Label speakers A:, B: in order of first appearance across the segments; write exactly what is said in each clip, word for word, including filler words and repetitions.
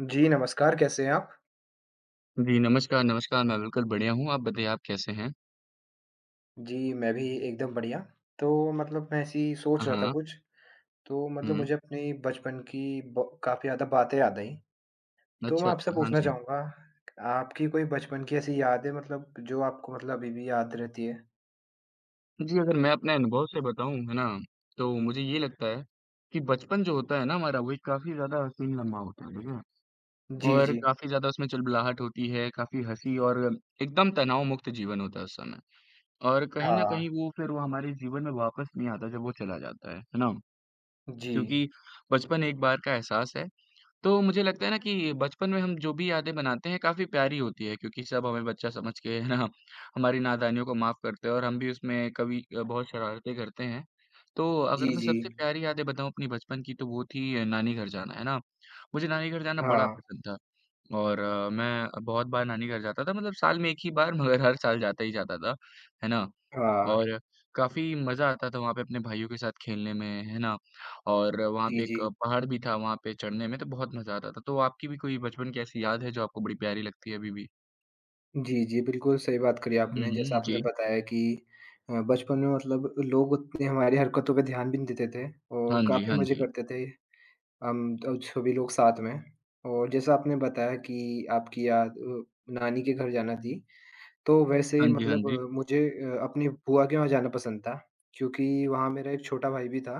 A: जी, नमस्कार, कैसे हैं आप?
B: जी, नमस्कार, नमस्कार। मैं बिल्कुल बढ़िया हूँ, आप बताइए आप कैसे हैं?
A: जी, मैं भी एकदम बढ़िया। तो मतलब मैं ऐसे ही सोच
B: हाँ,
A: रहा था
B: हाँ।
A: कुछ, तो मतलब
B: हुँ।
A: मुझे अपने बचपन की ब काफ़ी ज़्यादा बातें याद आईं। तो मैं
B: अच्छा,
A: आपसे
B: अच्छा, हाँ
A: पूछना
B: जी।
A: चाहूँगा, आपकी कोई बचपन की ऐसी याद है मतलब जो आपको मतलब अभी भी याद रहती है?
B: जी, अगर मैं अपने अनुभव से बताऊँ, है ना, तो मुझे ये लगता है कि बचपन जो होता है ना हमारा, वो एक काफ़ी ज़्यादा हसीन लम्हा होता है, ठीक है?
A: जी,
B: और
A: जी।
B: काफ़ी ज़्यादा उसमें चुलबुलाहट होती है, काफ़ी हँसी और एकदम तनाव मुक्त जीवन होता है उस समय। और कहीं न
A: हाँ।
B: कहीं वो फिर वो हमारे जीवन में वापस नहीं आता जब वो चला जाता है, है ना?
A: जी।
B: क्योंकि बचपन एक बार का एहसास है। तो मुझे लगता है ना कि बचपन में हम जो भी यादें बनाते हैं काफ़ी प्यारी होती है क्योंकि सब हमें बच्चा समझ के है ना हमारी नादानियों को माफ़ करते हैं और हम भी उसमें कभी अ, बहुत शरारतें करते हैं। तो
A: जी,
B: अगर मैं
A: जी।
B: सबसे प्यारी यादें बताऊँ अपनी बचपन की तो वो थी अ, नानी घर जाना, है ना? मुझे नानी घर जाना बड़ा
A: हाँ,
B: पसंद था और अ, मैं बहुत बार नानी घर जाता था मतलब साल में एक ही बार मगर हर साल जाता ही जाता था, है ना?
A: हाँ।
B: और काफ़ी मज़ा आता था वहाँ पे अपने भाइयों के साथ खेलने में, है ना? और वहाँ
A: जी,
B: पे एक
A: जी।
B: पहाड़ भी था, वहाँ पे चढ़ने में तो बहुत मज़ा आता था। तो आपकी भी कोई बचपन की ऐसी याद है जो आपको बड़ी प्यारी लगती है अभी भी?
A: जी, जी, बिल्कुल सही बात करी
B: हुँ,
A: आपने। जैसा
B: हुँ।
A: आपने
B: जी।
A: बताया कि अ, बचपन में मतलब लोग उतने हमारी हरकतों पे ध्यान भी नहीं देते थे और
B: हाँ जी,
A: काफ़ी
B: हाँ
A: मज़े
B: जी।
A: करते थे। हम तो सभी लोग साथ में और जैसा आपने बताया कि आपकी याद अ, नानी के घर जाना थी, तो वैसे ही
B: हाँ जी, हाँ
A: मतलब
B: जी।
A: अ, मुझे अ, अपनी बुआ के वहाँ जाना पसंद था, क्योंकि वहाँ मेरा एक छोटा भाई भी था।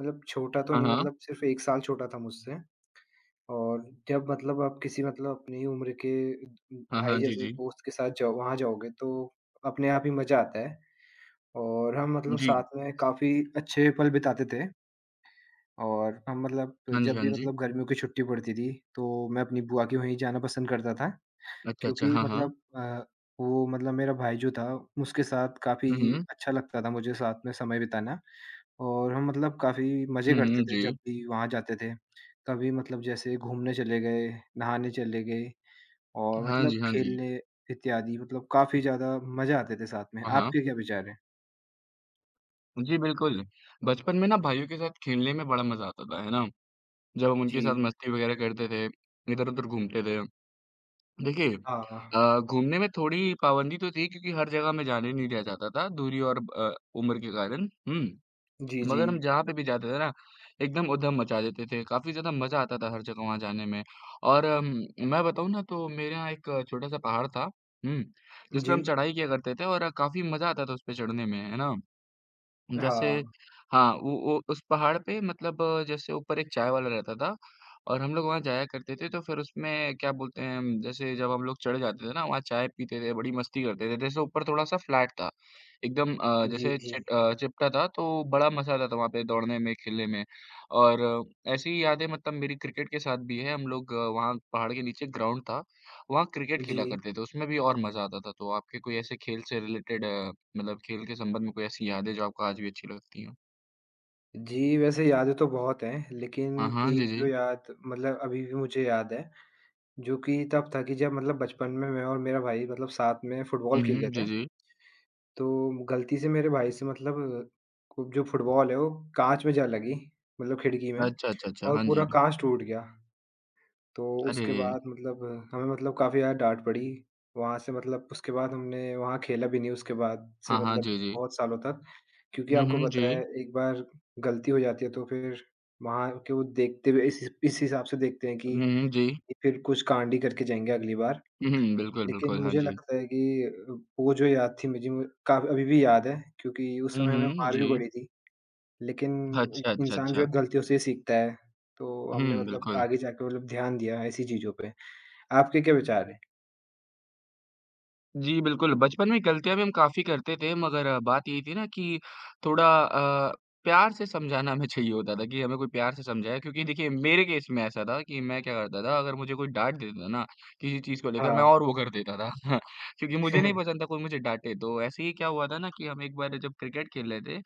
A: मतलब छोटा तो
B: हाँ,
A: नहीं
B: हाँ।
A: मतलब सिर्फ़ एक साल छोटा था मुझसे और जब मतलब आप किसी मतलब अपनी उम्र के
B: हाँ,
A: भाई
B: हाँ। जी,
A: जैसे
B: जी।
A: दोस्त के साथ जाओ वहाँ जाओगे तो अपने आप ही मज़ा आता है और हम मतलब
B: जी।
A: साथ में काफ़ी अच्छे पल बिताते थे। और हम मतलब
B: हाँ जी,
A: जब
B: हाँ
A: भी
B: जी।
A: मतलब गर्मियों की छुट्टी पड़ती थी, तो मैं अपनी बुआ के वहीं जाना पसंद करता था
B: अच्छा, अच्छा।
A: क्योंकि
B: हाँ, हाँ।
A: मतलब अ, वो मतलब मेरा भाई जो था, उसके साथ काफ़ी
B: हुँ, हुँ।
A: अच्छा लगता था मुझे साथ में समय बिताना और हम मतलब काफ़ी मज़े
B: हुँ,
A: करते
B: हुँ।
A: थे जब
B: जी।
A: भी वहाँ जाते थे। कभी मतलब जैसे घूमने चले गए, नहाने चले गए और
B: हाँ
A: मतलब
B: जी, हाँ जी।
A: खेलने इत्यादि मतलब काफ़ी ज़्यादा मज़े आते थे साथ में।
B: हाँ, हाँ।
A: आपके क्या विचार हैं?
B: जी, बिल्कुल। बचपन में ना भाइयों के साथ खेलने में बड़ा मज़ा आता था, है ना? जब हम
A: जी।
B: उनके साथ मस्ती वग़ैरह करते थे, इधर-उधर घूमते थे। देखिए
A: हाँ।
B: अ, घूमने में थोड़ी पाबंदी तो थी क्योंकि हर जगह मैं जाने नहीं दिया जाता था दूरी और अ, उम्र के कारण। हुँ,
A: जी, जी।
B: मगर हम जहाँ पे भी जाते थे ना एकदम उधम मचा देते थे, काफ़ी ज़्यादा मज़ा आता था हर जगह वहाँ जाने में। और अम, मैं बताऊँ ना तो मेरे यहाँ एक छोटा-सा पहाड़ था। हुँ, जिस पे
A: जी।
B: हम चढ़ाई किया करते थे और काफ़ी मज़ा आता था उस पे चढ़ने में, है ना? जैसे
A: हाँ।
B: हाँ, वो वो उस पहाड़ पे मतलब अ, जैसे ऊपर एक चाय वाला रहता था और हम लोग वहाँ जाया करते थे, तो फिर उसमें क्या बोलते हैं, हम, जैसे जब हम लोग चढ़ जाते थे ना, वहाँ चाय पीते थे, बड़ी मस्ती करते थे। जैसे ऊपर थोड़ा-सा फ्लैट था, एकदम अ,
A: जी,
B: जैसे
A: जी।
B: चिट अ, चिपटा था, तो बड़ा मज़ा आता था वहाँ पे दौड़ने में, खेलने में और अ, ऐसी ही यादें मतलब मेरी क्रिकेट के साथ भी है। हम लोग अ, वहाँ पहाड़ के नीचे ग्राउंड था। वहाँ क्रिकेट
A: जी।
B: खेला करते थे, उसमें भी और मज़ा आता था। तो आपके कोई ऐसे खेल से रिलेटेड अ, मतलब खेल के संबंध में कोई ऐसी यादें जो आपको आज भी अच्छी लगती हों?
A: जी, वैसे यादें तो बहुत हैं, लेकिन
B: हाँ, हाँ, जी,
A: एक जो
B: जी।
A: याद मतलब अभी भी मुझे याद है, जो कि तब था कि जब मतलब बचपन में मैं और मेरा भाई मतलब साथ में फुटबॉल
B: हुँ,
A: खेल
B: हुँ,
A: रहे
B: जी,
A: थे,
B: जी।
A: तो गलती से मेरे भाई से मतलब को- जो फुटबॉल है, वो काँच में जा लगी, मतलब खिड़की में
B: अच्छा, अच्छा, अच्छा,
A: और
B: हाँ
A: पूरा
B: जी।
A: काँच टूट गया। तो
B: अरे
A: उसके
B: रे!
A: बाद मतलब हमें मतलब काफ़ी ज़्यादा डाँट पड़ी। वहाँ से मतलब उसके बाद हमने वहाँ खेला भी नहीं उसके बाद से
B: हाँ, हाँ,
A: मतलब
B: जी, जी।
A: बहुत सालों तक। क्योंकि
B: हुँ,
A: आपको
B: हुँ,
A: पता
B: जी।
A: है एक बार गलती हो जाती है तो फिर वहाँ के वो देखते हुए इस इस हिसाब से देखते हैं कि
B: हुँ, हुँ, जी।
A: ये फिर कुछ कांड ही करके जाएँगे अगली बार।
B: हुँ, हुँ, बिल्कुल,
A: लेकिन
B: बिल्कुल, हाँ
A: मुझे
B: जी।
A: लगता है कि वो जो याद थी मुझे काफ़ी अभी भी याद है क्योंकि उस
B: हुँ,
A: समय हमें
B: हुँ,
A: मार भी
B: जी।
A: पड़ी थी। लेकिन उ
B: अच्छा, अच्छा,
A: इंसान जो है
B: अच्छा।
A: गलतियों से ही सीखता है, तो हमने
B: हुँ,
A: मतलब
B: बिल्कुल।
A: आगे जाके मतलब ध्यान दिया ऐसी चीज़ों पे। आपके क्या विचार हैं?
B: जी, बिल्कुल, बचपन में गलतियाँ भी हम काफ़ी करते थे मगर अ, बात यही थी ना कि थोड़ा अ, प्यार से समझाना हमें चाहिए होता था कि हमें कोई प्यार से समझाए क्योंकि देखिए मेरे केस में ऐसा था कि मैं क्या करता था अगर मुझे कोई डाँट देता था ना, किसी चीज़ को लेकर मैं
A: हाँ।
B: और वो कर देता था क्योंकि मुझे नहीं पसंद था कोई मुझे डाँटे। तो ऐसे ही क्या हुआ था ना कि हम एक बार जब क्रिकेट खेल रहे थे,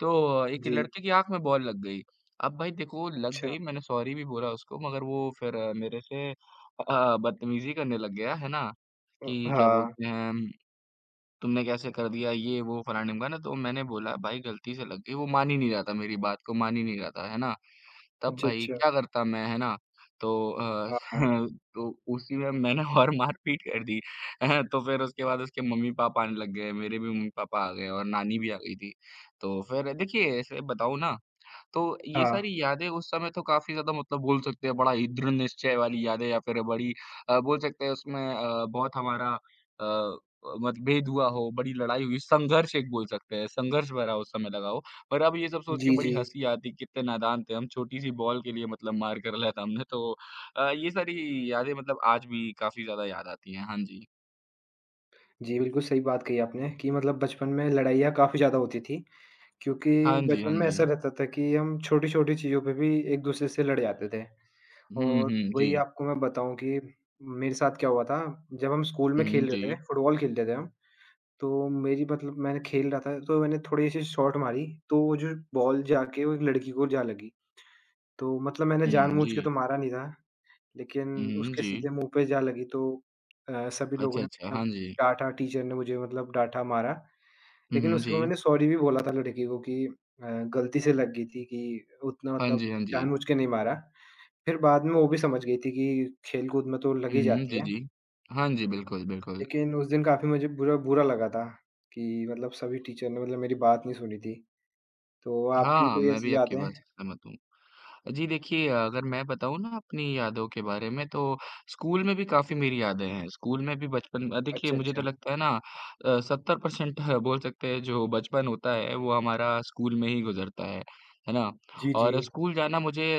B: तो एक
A: जी।
B: लड़के की आँख में बॉल लग गई। अब भाई देखो लग
A: अच्छा।
B: गई मैंने सॉरी भी बोला उसको मगर वो फिर अ, मेरे से अ, बदतमीज़ी करने लग गया, है ना?
A: अ,
B: कि क्या
A: हाँ।
B: बोलते हैं, तुमने कैसे कर दिया ये वो फलाने-ढिमकाने तो मैंने बोला भाई गलती से लग गई, वो मान ही नहीं रहा था मेरी बात को, मान ही नहीं रहा था, है ना? तब
A: अच्छा,
B: भाई
A: अच्छा।
B: क्या करता मैं, है ना? तो अ,
A: हाँ, हाँ।
B: तो उसी में मैंने और मारपीट कर दी, हैं? तो फिर उसके बाद उसके मम्मी-पापा आने लग गए, मेरे भी मम्मी-पापा आ गए और नानी भी आ गई थी। तो फिर देखिए ऐसे बताऊँ ना तो ये
A: हाँ।
B: सारी यादें उस समय तो काफ़ी ज़्यादा मतलब बोल सकते हैं बड़ा ही दृढ़ निश्चय वाली यादें या फिर बड़ी अ, बोल सकते हैं उसमें अ, बहुत हमारा अ, मतभेद हुआ हो, बड़ी लड़ाई हुई, संघर्ष एक बोल सकते हैं, संघर्ष भरा उस समय लगा हो। पर अब ये सब सोच के
A: जी, जी।
B: बड़ी हँसी आती कितने नादान थे हम, छोटी-सी बॉल के लिए मतलब मार कर लिया था हमने तो अ, ये सारी यादें मतलब आज भी काफ़ी ज़्यादा याद आती हैं। हाँ जी।
A: जी, बिल्कुल सही बात कही आपने कि मतलब बचपन में लड़ाइयाँ काफ़ी ज़्यादा होती थी,
B: हाँ
A: क्योंकि
B: जी,
A: बचपन
B: हाँ
A: में
B: जी।
A: ऐसा रहता था कि हम छोटी-छोटी चीज़ों पे भी एक-दूसरे से लड़ जाते थे।
B: हुँ,
A: और
B: हुँ, जी।
A: वही आपको मैं बताऊँ कि मेरे साथ क्या हुआ था, जब हम स्कूल में
B: हुँ,
A: खेल रहे
B: जी।
A: थे, फुटबॉल खेलते थे हम तो मेरी मतलब मैंने खेल रहा था, तो मैंने थोड़ी-सी शॉट मारी, तो वो जो बॉल जाके वो एक लड़की को जा लगी। तो मतलब मैंने
B: हुँ,
A: जानबूझ के तो
B: जी।
A: मारा नहीं था, लेकिन
B: हुँ,
A: उसके
B: जी।
A: सीधे मुँह पे जा लगी तो अ, सभी लोगों
B: अच्छा,
A: ने
B: अच्छा। हाँ
A: मतलब
B: जी।
A: डाँटा, टीचर ने मुझे मतलब डाँटा, मारा।
B: हुँ,
A: लेकिन
B: हुँ,
A: उसके
B: जी।
A: बाद मैंने सॉरी भी बोला था लड़की को कि अ, गलती से लग गई थी कि उतना
B: हाँ
A: मतलब
B: जी, हाँ जी।
A: जानबूझ के नहीं मारा। फिर बाद में वो भी समझ गई थी कि खेल-कूद में तो लग
B: हुँ,
A: ही
B: हुँ।
A: जाती
B: जी,
A: है।
B: जी। हाँ जी, बिल्कुल, बिल्कुल।
A: लेकिन उस दिन काफ़ी मुझे बुरा बुरा लगा था कि मतलब सभी टीचर ने मतलब मेरी बात नहीं सुनी थी। तो आपकी
B: हाँ,
A: कोई
B: मैं भी
A: ऐसी
B: आपकी
A: यादें?
B: बात से सहमत हूँ। जी देखिए, अगर मैं बताऊँ ना अपनी यादों के बारे में तो स्कूल में भी काफ़ी मेरी यादें हैं। स्कूल में भी बचपन अ, देखिए
A: अच्छा,
B: मुझे तो
A: अच्छा।
B: लगता है ना अ, सेवेंटी परसेंट बोल सकते हैं जो बचपन होता है वो हमारा स्कूल में ही गुज़रता है। है ना?
A: जी, जी।
B: और स्कूल जाना मुझे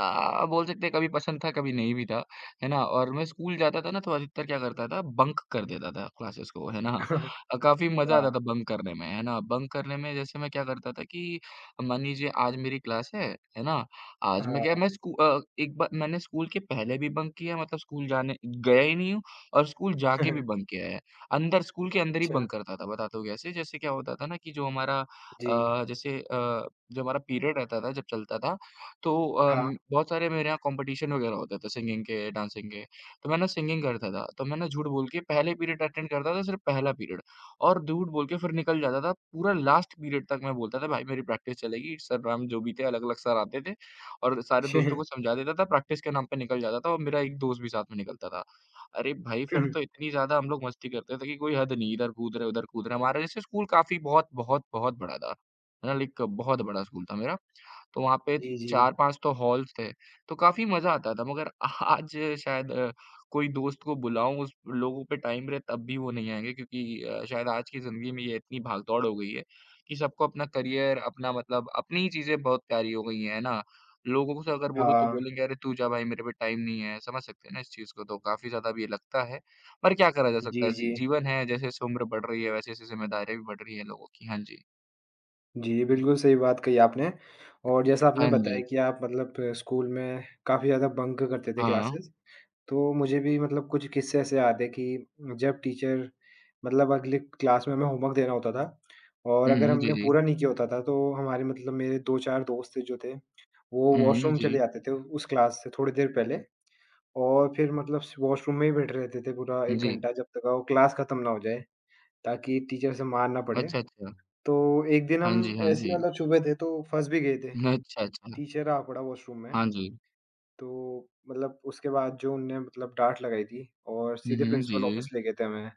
B: हाँ, बोल सकते हैं कभी पसंद था, कभी नहीं भी था, है ना? और मैं स्कूल जाता था ना तो अधिकतर क्या करता था बंक कर देता था क्लासेस को, है ना? अ, काफ़ी मज़ा आता
A: हाँ,
B: था बंक करने में, है ना? बंक करने में जैसे मैं क्या करता था कि मान लीजिए आज मेरी क्लास है, है ना? आज मैं
A: हाँ।
B: क्या मैं स्कू अ, एक बार मैंने स्कूल के पहले भी बंक किया मतलब स्कूल जाने गया ही नहीं हूँ और स्कूल जाके भी बंक किया है। अंदर स्कूल के अंदर ही
A: अच्छा,
B: बंक करता था, बताता हूँ कैसे? जैसे क्या होता था ना कि जो हमारा
A: जी।
B: अ, जैसे अ, जो हमारा पीरियड रहता था जब चलता था तो
A: हाँ।
B: अम, बहुत सारे मेरे यहाँ कॉम्पिटिशन वगैरह होते थे सिंगिंग के, डांसिंग के, तो मैं ना सिंगिंग करता था, तो मैं ना झूठ बोल के पहले पीरियड अटेंड करता था सिर्फ पहला पीरियड और झूठ बोल के फिर निकल जाता था, पूरा लास्ट पीरियड तक मैं बोलता था भाई मेरी प्रैक्टिस चलेगी, सर मैम जो भी थे अलग-अलग सर आते थे और सारे दोस्तों को समझा देता था, प्रैक्टिस के नाम पे निकल जाता था और मेरा एक दोस्त भी साथ में निकलता था। अरे भाई फिर तो इतनी ज़्यादा हम लोग मस्ती करते थे कि कोई हद नहीं, इधर कूद रहे, उधर कूद रहे, हमारा जैसे स्कूल काफ़ी बहुत बहुत बहुत बड़ा था, है ना? लाइक बहुत बड़ा स्कूल था मेरा। तो वहाँ पे
A: जी, जी।
B: चार पाँच तो हॉल्स थे, तो काफ़ी मज़ा आता था मगर आज शायद अ, कोई दोस्त को बुलाऊँ उस लोगों पे टाइम रहे तब भी वो नहीं आएँगे क्योंकि अ, शायद आज की ज़िंदगी में ये इतनी भाग-दौड़ हो गई है कि सबको अपना करियर, अपना मतलब अपनी ही चीज़ें बहुत प्यारी हो गई हैं, है ना? लोगों से अगर बोलूँ तो
A: हाँ।
B: बोलेंगे अरे तू जा भाई मेरे पे टाइम नहीं है, समझ सकते हैं ना इस चीज़ को तो काफ़ी ज़्यादा अब ये लगता है, पर क्या करा जा सकता
A: जी,
B: है जी
A: जी।
B: जीवन है जैसे-जैसे उम्र बढ़ रही है वैसे-वैसे ज़िम्मेदारियाँ भी बढ़ रही हैं लोगों की। हाँ जी।
A: जी, बिल्कुल सही बात कही आपने और जैसा आपने
B: हाँ
A: बताया
B: जी।
A: कि आप मतलब स्कूल में काफ़ी ज़्यादा बंक करते थे
B: हाँ।
A: क्लासेस। तो मुझे भी मतलब कुछ किस्से ऐसे याद है कि जब टीचर मतलब अगले क्लास में हमें होमवर्क देना होता था और
B: हुँ,
A: अगर
B: हुँ। जी,
A: हमने
B: जी।
A: पूरा नहीं किया होता था तो हमारे मतलब मेरे दो चार दोस्त थे जो थे, वो
B: हुँ, हुँ।
A: वॉशरूम चले
B: जी,
A: जाते थे उस क्लास से थोड़ी देर पहले और फिर मतलब वॉशरूम में ही बैठे रहते थे पूरा एक
B: जी।
A: घंटा जब तक वो क्लास खत्म ना हो जाए, ताकि टीचर से मार ना पड़े।
B: अच्छा, अच्छा।
A: तो एक दिन
B: हाँ
A: हम
B: जी, हाँ
A: ऐसे ही
B: जी।
A: मतलब छुपे थे तो फँस भी गए थे।
B: अच्छा, अच्छा।
A: टीचर आ पड़ा वॉशरूम में
B: हाँ जी।
A: तो मतलब उसके बाद जो उनने मतलब डाँट लगाई थी और
B: हुँ,
A: सीधे
B: हुँ। जी,
A: प्रिंसिपल
B: जी।
A: ऑफ़िस ले गए थे हमें।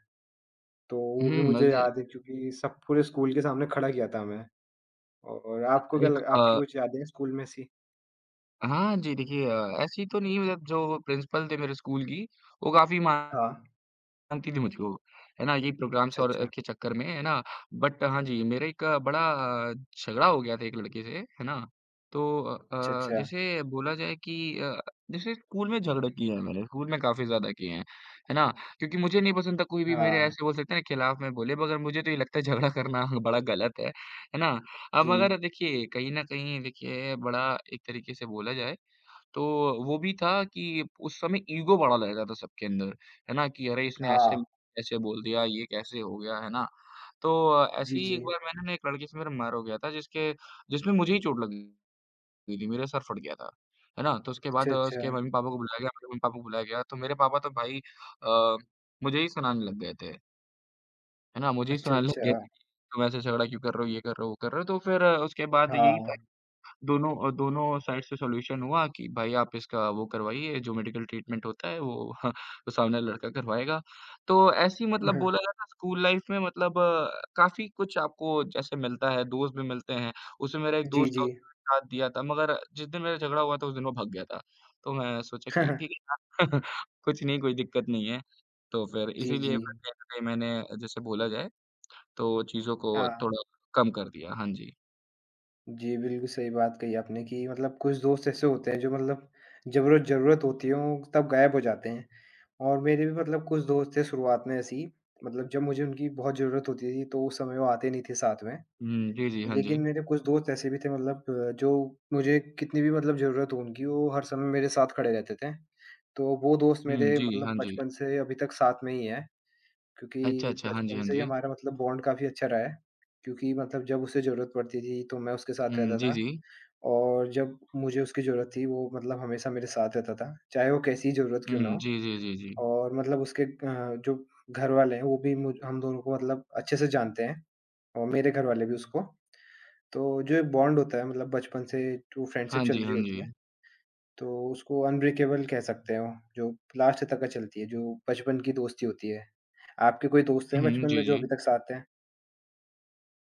A: तो वो भी
B: हुँ,
A: मुझे
B: मुझे
A: याद है क्योंकि सब पूरे स्कूल के सामने खड़ा किया था हमें। और आपको क्या
B: एक
A: लग आपकी
B: अ,
A: कुछ यादें हैं स्कूल में ऐसी?
B: हाँ जी, देखिए अ, ऐसी तो नहीं मतलब जो प्रिंसिपल थे मेरे स्कूल की, वो काफ़ी मा
A: हाँ।
B: जानती थी मुझको, है ना? ये प्रोग्राम्स
A: अच्छा,
B: और अ,
A: अच्छा।
B: के चक्कर में, है ना? बट हाँ जी, मेरा एक अ, बड़ा अ, झगड़ा हो गया था एक लड़के से, है ना? तो अ
A: अच्छा,
B: अ,
A: अच्छा।
B: जैसे बोला जाए कि अ, जैसे स्कूल में झगड़े किए हैं मैंने, स्कूल में काफ़ी ज़्यादा किए हैं, है ना? क्योंकि मुझे नहीं पसंद था कोई भी मेरे
A: हाँ।
B: ऐसे बोल सकते हैं ना खिलाफ में बोले मगर मुझे तो ये लगता है झगड़ा करना बड़ा गलत है, है ना?
A: जी।
B: अब अगर देखिए कहीं न कहीं देखिए बड़ा एक तरीके से बोला जाए तो वो भी था कि उस समय ईगो बड़ा लग रहा था सबके अंदर, है ना? कि अरे इसने ऐसे
A: हाँ।
B: कैसे बोल दिया, ये कैसे हो गया, है ना? तो ऐसे
A: जी,
B: ही
A: जी।
B: एक बार मैंने ना एक लड़के से मेरा मार हो गया था जिसके जिसमें मुझे ही चोट लग गई थी, मेरा सर फट गया था, है ना? तो उसके
A: अच्छा,
B: बाद अ,
A: अच्छा।
B: उसके मम्मी-पापा को बुलाया गया, मेरे मम्मी-पापा को बुलाया गया, तो मेरे पापा तो भाई अ, मुझे ही सुनाने लग गए थे, है ना? मुझे ही
A: अच्छा,
B: सुनाने लग
A: अच्छा।
B: गए थे, तुम ऐसे झगड़ा क्यों कर रहे हो, ये कर रहे हो, वो कर रहे हो, तो फिर अ, उसके बाद यही था
A: हाँ।
B: दोनों अ, दोनों साइड से सॉल्यूशन हुआ कि भाई आप इसका वो करवाइए जो मेडिकल ट्रीटमेंट होता है वो तो सामने वाला लड़का करवाएगा। तो ऐसी मतलब बोला जाए ना स्कूल लाइफ में मतलब अ, काफ़ी कुछ आपको जैसे मिलता है, दोस्त भी मिलते हैं। उसमें मेरा एक
A: जी,
B: दोस्त था
A: जी।
B: उसने साथ दिया था मगर जिस दिन मेरा झगड़ा हुआ था उस दिन वो भाग गया था। तो मैं सोचा कि ठीक है यार कुछ नहीं, कोई दिक्कत नहीं है। तो फिर
A: जी, जी।
B: इसीलिए फिर कहीं न कहीं मैंने जैसे बोला जाए तो चीज़ों को
A: हाँ।
B: थोड़ा कम कर दिया। हाँ जी।
A: जी, बिल्कुल सही बात कही आपने कि मतलब कुछ दोस्त ऐसे होते हैं जो मतलब ज़रूरत ज़रूरत होती हो तब गायब हो जाते हैं। और मेरे भी मतलब कुछ दोस्त थे शुरुआत में ऐसे ही, मतलब जब मुझे उनकी बहुत ज़रूरत होती थी तो उस समय वो आते नहीं थे साथ में।
B: हुँ, जी, जी। हाँ जी।
A: लेकिन मेरे कुछ दोस्त ऐसे भी थे मतलब अ, जो मुझे कितनी भी मतलब ज़रूरत हो उनकी वो हर समय मेरे साथ खड़े रहते थे। तो वो दोस्त
B: हुँ,
A: मेरे
B: जी।
A: मतलब
B: हाँ जी।
A: बचपन से अभी तक साथ में ही हैं
B: अच्छा,
A: क्योंकि
B: अच्छा। हाँ जी,
A: बचपन
B: हाँ
A: से ही
B: जी।
A: हमारा मतलब बॉन्ड काफ़ी अच्छा रहा है। क्योंकि मतलब जब उसे ज़रूरत पड़ती थी तो मैं उसके साथ
B: हुँ,
A: रहता
B: जी,
A: था।
B: जी।
A: और जब मुझे उसकी ज़रूरत थी वो मतलब हमेशा मेरे साथ रहता था, चाहे वो कैसी ही ज़रूरत क्यों ना
B: हुँ,
A: हो
B: जी, जी, जी, जी।
A: और मतलब उसके अ, जो घरवाले हैं वो भी मुझ हम दोनों को मतलब अच्छे से जानते हैं और मेरे घरवाले भी उसको। तो जो एक बॉन्ड होता है मतलब बचपन से जो फ्रेंडशिप
B: हाँ
A: चल
B: जी,
A: रही
B: हाँ
A: होती है,
B: जी।
A: तो उसको अनब्रेकेबल कह सकते हो, जो लास्ट तक चलती है, जो बचपन की दोस्ती होती है। आपके कोई दोस्त हैं
B: हुँ, हुँ,
A: बचपन में
B: जी,
A: जो
B: जी।
A: अभी तक साथ हैं?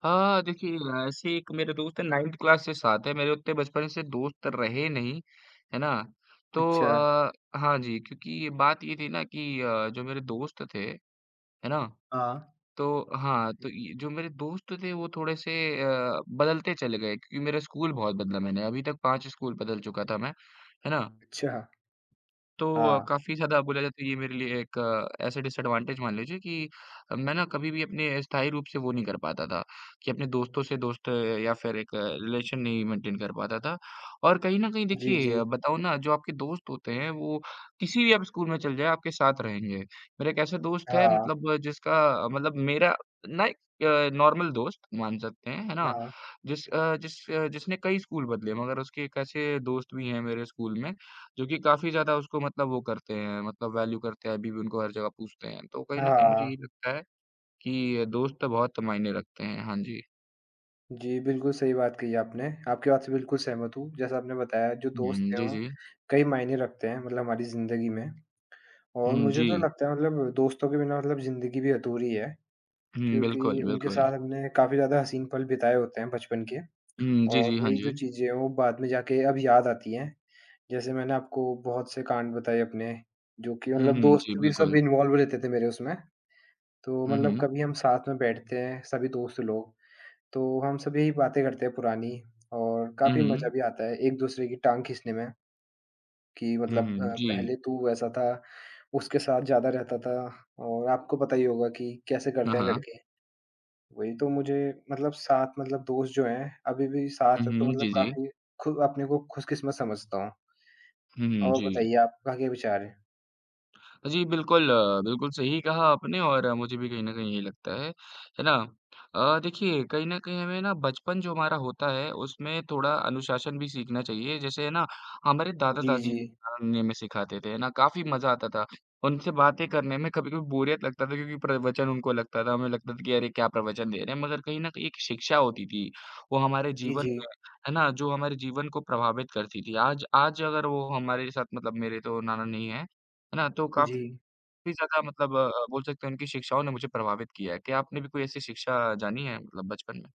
B: हाँ, देखिए ऐसे ही एक मेरे दोस्त है नाइंथ क्लास से साथ है, मेरे उतने बचपन से दोस्त रहे नहीं, है ना? तो
A: अच्छा।
B: अ, हाँ जी, क्योंकि बात ये थी ना कि अ, जो मेरे दोस्त थे, है ना?
A: हाँ।
B: तो हाँ, तो ये जो मेरे दोस्त थे वो थोड़े-से अ, बदलते चले गए क्योंकि मेरा स्कूल बहुत बदला मैंने, अभी तक पाँच स्कूल बदल चुका था मैं, है ना?
A: अच्छा।
B: तो
A: हाँ।
B: काफ़ी ज़्यादा बोला जाए तो ये मेरे लिए एक अ, ऐसे डिसएडवांटेज मान लीजिए कि मैं ना कभी भी अपने स्थायी रूप से वो नहीं कर पाता था कि अपने दोस्तों से दोस्त या फिर एक रिलेशन नहीं मेंटेन कर पाता था। और कहीं न कहीं
A: जी, जी।
B: देखिए बताऊँ ना जो आपके दोस्त होते हैं वो किसी भी आप स्कूल में चले जाएँ आपके साथ रहेंगे। मेरा एक ऐसा दोस्त है
A: हाँ,
B: मतलब जिसका अ, मतलब मेरा ना एक अ, नॉर्मल दोस्त मान सकते हैं, है ना?
A: हाँ,
B: जिस अ, जिस अ, जिसने कई स्कूल बदले मगर उसके एक ऐसे दोस्त भी हैं मेरे स्कूल में जो कि काफ़ी ज़्यादा उसको मतलब वो करते हैं, मतलब वैल्यू करते हैं, अभी भी उनको हर जगह पूछते हैं। तो कहीं न कहीं मुझे
A: हाँ।
B: ये लगता है कि दोस्त तो बहुत मायने रखते हैं। हाँ जी।
A: जी, बिल्कुल सही बात कही आपने। आपकी बात से बिल्कुल सहमत हूँ। जैसा आपने बताया जो दोस्त
B: हुँ,
A: हैं
B: जी,
A: वो
B: जी।
A: कई मायने रखते हैं मतलब हमारी ज़िंदगी में और
B: हुँ,
A: मुझे
B: जी।
A: तो लगता है मतलब दोस्तों के बिना मतलब ज़िंदगी भी अधूरी है
B: हुँ,
A: क्योंकि
B: बिल्कुल,
A: उनके
B: बिल्कुल।
A: साथ हमने काफ़ी ज़्यादा हसीन पल बिताए होते हैं बचपन के
B: हुँ, जी,
A: और
B: जी, हाँ
A: वही जो
B: जी।
A: चीज़ें हैं वो बाद में जाके अब याद आती हैं। जैसे मैंने आपको बहुत से कांड बताए अपने जो कि
B: हुँ,
A: मतलब
B: हुँ, जी,
A: दोस्त भी सब
B: बिल्कुल।
A: इन्वॉल्व रहते थे मेरे उसमें। तो
B: हुँ,
A: मतलब
B: हुँ।
A: कभी हम साथ में बैठते हैं सभी दोस्त लोग तो हम सब यही बातें करते हैं पुरानी और
B: हुँ,
A: काफ़ी मज़ा
B: हुँ।
A: भी आता है एक-दूसरे की टाँग खींचने में कि
B: हुँ,
A: मतलब अ,
B: हुँ, जी।
A: पहले तू वैसा था, उसके साथ ज़्यादा रहता था और आपको पता ही होगा कि कैसे
B: हाँ,
A: करते हैं
B: हाँ।
A: लड़के। वही तो मुझे मतलब साथ मतलब दोस्त जो हैं, अभी भी
B: हुँ,
A: साथ हैं तो
B: हुँ,
A: मतलब
B: जी, जी।
A: काफ़ी खु अपने को खुशकिस्मत समझता हूँ।
B: हुँ, हुँ,
A: और
B: जी।
A: बताइए आपका क्या विचार है?
B: जी, बिल्कुल, अ, बिल्कुल सही कहा आपने और अ, मुझे भी कहीं न कहीं यही लगता है, है ना? अ, देखिए कहीं न कहीं हमें ना बचपन जो हमारा होता है, उसमें थोड़ा अनुशासन भी सीखना चाहिए। जैसे है ना, हमारे
A: जी,
B: दादा-दादी
A: जी।
B: ने हमें सिखाते थे, है ना? काफ़ी मज़ा आता था। उनसे बातें करने में कभी-कभी बोरियत लगता था क्योंकि प्रवचन उनको लगता था, हमें लगता था कि अरे, क्या प्रवचन दे रहे हैं? मगर कहीं न कहीं एक शिक्षा होती थी, वो हमारे
A: जी,
B: जीवन
A: जी।
B: में, है ना? जो हमारे जीवन को प्रभावित करती थी। आज आज अगर वो हमारे साथ मतलब मेरे तो नाना नहीं हैं, है ना? तो
A: जी।
B: काफ़ी काफ़ी ज़्यादा मतलब अ, बोल सकते हैं उनकी शिक्षाओं ने मुझे प्रभावित किया है। क्या आपने भी कोई ऐसी शिक्षा जानी है मतलब बचपन में?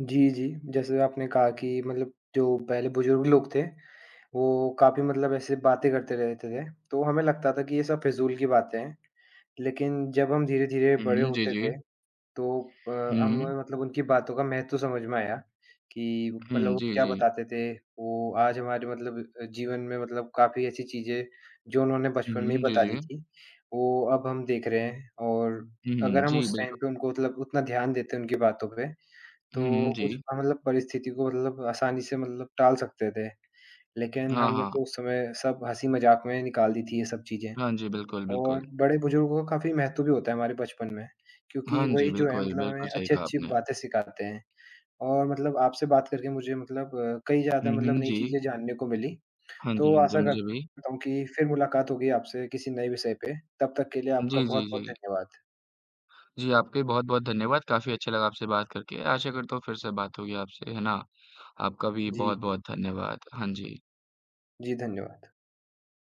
A: जी, जी। जैसे आपने कहा कि मतलब जो पहले बुजुर्ग लोग थे वो काफ़ी मतलब ऐसे बातें करते रहते थे, तो हमें लगता था कि ये सब फ़िज़ूल की बातें हैं। लेकिन जब हम धीरे-धीरे
B: हुँ,
A: बड़े
B: हुँ, जी,
A: होते
B: जी।
A: गए, तो अ,
B: हुँ,
A: हमें मतलब उनकी बातों का महत्व समझ में आया कि मतलब
B: हुँ,
A: वो
B: जी,
A: क्या
B: जी।
A: बताते थे, वो आज हमारे मतलब अ, जीवन में मतलब काफ़ी ऐसी चीज़ें जो उन्होंने
B: हुँ,
A: बचपन में ही
B: हुँ, जी,
A: बता दी
B: जी।
A: थी, वो अब हम देख रहे हैं और
B: हुँ, हुँ,
A: अगर हम
B: जी,
A: उस टाइम
B: बिल्कुल।
A: पे उनको मतलब उतना ध्यान देते उनकी बातों पे,
B: हुँ,
A: तो
B: हुँ, जी।
A: उस मतलब परिस्थिति को मतलब आसानी से मतलब टाल सकते थे। लेकिन
B: हाँ,
A: हमने
B: हाँ।
A: तो उस समय सब हँसी-मज़ाक में निकाल दी थी ये सब चीज़ें
B: हाँ जी, बिल्कुल,
A: और
B: बिल्कुल।
A: बड़े बुज़ुर्गों का काफ़ी महत्व भी होता है हमारे बचपन में, क्योंकि
B: हाँ जी,
A: वही जो है
B: बिल्कुल,
A: मतलब
B: बिल्कुल
A: हमें
B: सही कहा
A: अच्छी-अच्छी
B: आपने।
A: बातें सिखाते हैं और मतलब आपसे बात करके मुझे मतलब कई
B: हुँ,
A: ज़्यादा मतलब
B: हुँ,
A: नई
B: जी।
A: चीज़ें जानने को मिली।
B: हाँ जी,
A: तो
B: हाँ जी,
A: आशा
B: मुझे भी।
A: करता हूँ कि फिर मुलाकात होगी आपसे किसी नए विषय पे, तब तक के लिए आपका
B: जी, जी,
A: बहुत-बहुत
B: जी।
A: धन्यवाद।
B: जी, आपका भी बहुत-बहुत धन्यवाद। काफ़ी अच्छा लगा आपसे बात करके। आशा करता हूँ फिर से बात होगी आपसे, है ना? आपका भी
A: जी,
B: बहुत-बहुत धन्यवाद। हाँ जी।
A: जी धन्यवाद।